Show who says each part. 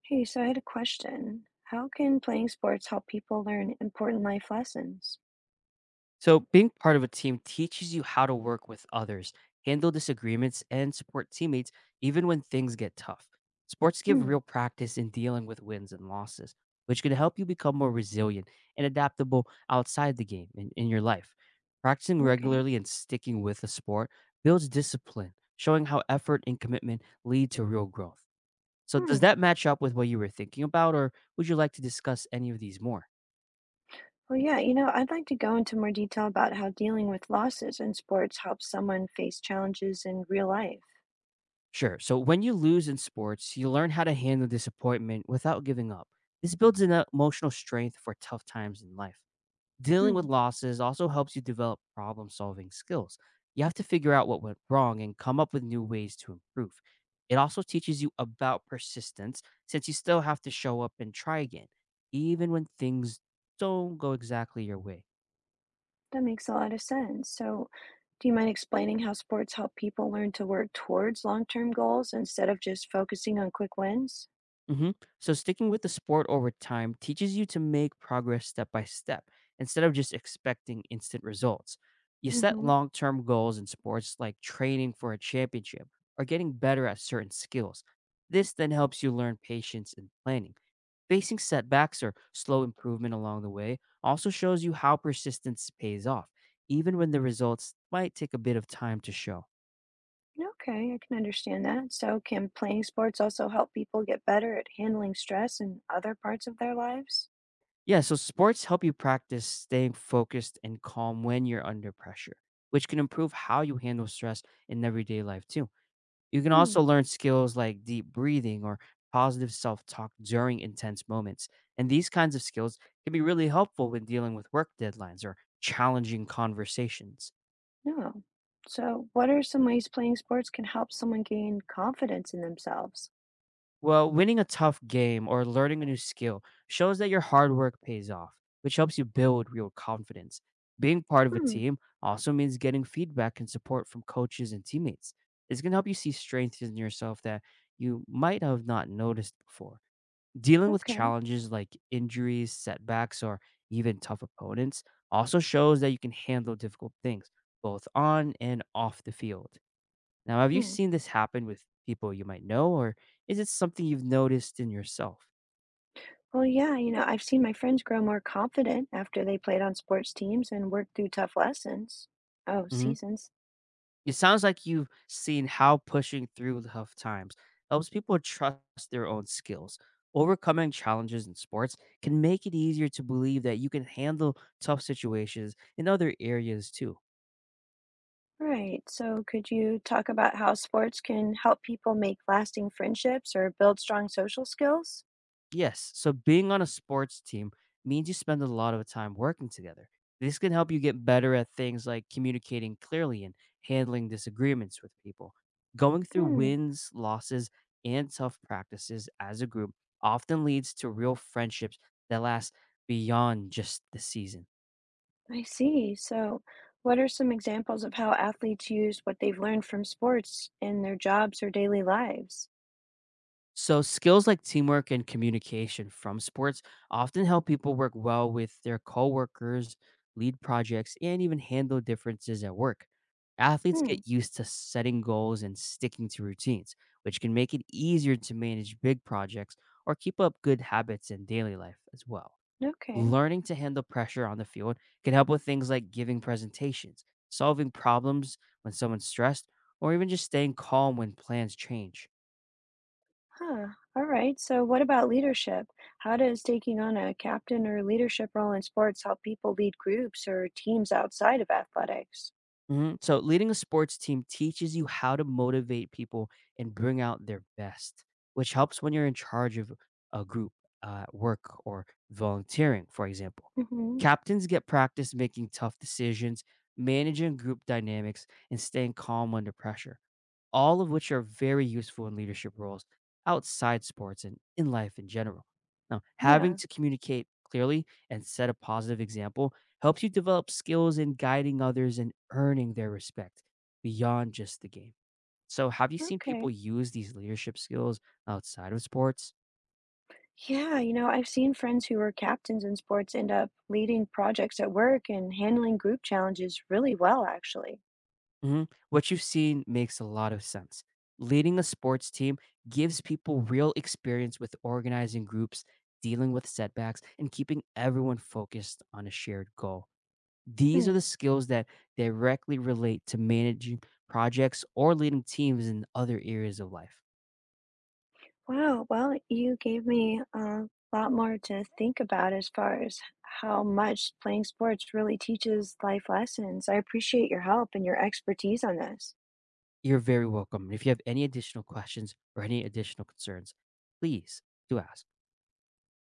Speaker 1: Hey, so I had a question. How can playing sports help people learn important life lessons?
Speaker 2: So, being part of a team teaches you how to work with others, handle disagreements, and support teammates even when things get tough. Sports give
Speaker 1: Hmm,
Speaker 2: real practice in dealing with wins and losses, which can help you become more resilient and adaptable outside the game in your life. Practicing
Speaker 1: okay.
Speaker 2: regularly and sticking with a sport builds discipline, showing how effort and commitment lead to real growth. So,
Speaker 1: Hmm.
Speaker 2: does that match up with what you were thinking about, or would you like to discuss any of these more?
Speaker 1: Well, yeah, I'd like to go into more detail about how dealing with losses in sports helps someone face challenges in real life.
Speaker 2: Sure. So when you lose in sports, you learn how to handle disappointment without giving up. This builds an emotional strength for tough times in life. Dealing with
Speaker 1: Hmm,
Speaker 2: losses also helps you develop problem solving skills. You have to figure out what went wrong and come up with new ways to improve. It also teaches you about persistence since you still have to show up and try again, even when things don't go exactly your way.
Speaker 1: that makes a lot of sense. So, do you mind explaining how sports help people learn to work towards long-term goals instead of just focusing on quick wins?
Speaker 2: hmm So, sticking with the sport over time teaches you to make progress step by step instead of just expecting instant results. You set
Speaker 1: Mm-hmm.
Speaker 2: long term goals in sports like training for a championship or getting better at certain skills. This then helps you learn patience and planning. Facing setbacks or slow improvement along the way also shows you how persistence pays off, even when the results might take a bit of time to show.
Speaker 1: Okay, I can understand that. So, can playing sports also help people get better at handling stress in other parts of their lives?
Speaker 2: Yeah, so sports help you practice staying focused and calm when you're under pressure, which can improve how you handle stress in everyday life too. You can
Speaker 1: Hmm,
Speaker 2: also learn skills like deep breathing or positive self talk during intense moments. And these kinds of skills can be really helpful when dealing with work deadlines or challenging conversations.
Speaker 1: no. So, what are some ways playing sports can help someone gain confidence in themselves?
Speaker 2: Well, winning a tough game or learning a new skill shows that your hard work pays off, which helps you build real confidence. Being part of a
Speaker 1: Hmm,
Speaker 2: team also means getting feedback and support from coaches and teammates. It's going to help you see strengths in yourself that you might have not noticed before. Dealing with
Speaker 1: okay.
Speaker 2: challenges like injuries, setbacks, or even tough opponents also shows that you can handle difficult things, both on and off the field. Now, have you
Speaker 1: Hmm.
Speaker 2: seen this happen with people you might know, or is it something you've noticed in yourself?
Speaker 1: Well, yeah, I've seen my friends grow more confident after they played on sports teams and worked through tough lessons. Oh,
Speaker 2: hmm
Speaker 1: seasons.
Speaker 2: It sounds like you've seen how pushing through tough times helps people trust their own skills. Overcoming challenges in sports can make it easier to believe that you can handle tough situations in other areas too.
Speaker 1: Right. So, could you talk about how sports can help people make lasting friendships or build strong social skills?
Speaker 2: Yes. So being on a sports team means you spend a lot of time working together. This can help you get better at things like communicating clearly and handling disagreements with people. Going through
Speaker 1: Hmm.
Speaker 2: wins, losses, and tough practices as a group often leads to real friendships that last beyond just the season.
Speaker 1: I see. So, what are some examples of how athletes use what they've learned from sports in their jobs or daily lives?
Speaker 2: So, skills like teamwork and communication from sports often help people work well with their coworkers, lead projects, and even handle differences at work. Athletes
Speaker 1: Hmm.
Speaker 2: get used to setting goals and sticking to routines, which can make it easier to manage big projects or keep up good habits in daily life as well.
Speaker 1: Okay.
Speaker 2: Learning to handle pressure on the field can help with things like giving presentations, solving problems when someone's stressed, or even just staying calm when plans change.
Speaker 1: Huh. All right. So, what about leadership? How does taking on a captain or leadership role in sports help people lead groups or teams outside of athletics?
Speaker 2: Mhm. So leading a sports team teaches you how to motivate people and bring out their best, which helps when you're in charge of a group work or volunteering, for example.
Speaker 1: Mm-hmm.
Speaker 2: Captains get practice making tough decisions, managing group dynamics, and staying calm under pressure, all of which are very useful in leadership roles outside sports and in life in general. Now, having
Speaker 1: Yeah.
Speaker 2: to communicate clearly and set a positive example helps you develop skills in guiding others and earning their respect beyond just the game. So, have you seen people
Speaker 1: Okay.
Speaker 2: use these leadership skills outside of sports?
Speaker 1: Yeah, I've seen friends who were captains in sports end up leading projects at work and handling group challenges really well, actually.
Speaker 2: Mhm. What you've seen makes a lot of sense. Leading a sports team gives people real experience with organizing groups, dealing with setbacks, and keeping everyone focused on a shared goal. These
Speaker 1: Hmm.
Speaker 2: are the skills that directly relate to managing projects or leading teams in other areas of life.
Speaker 1: Wow, well, you gave me a lot more to think about as far as how much playing sports really teaches life lessons. I appreciate your help and your expertise on this.
Speaker 2: You're very welcome. And if you have any additional questions or any additional concerns, please do ask.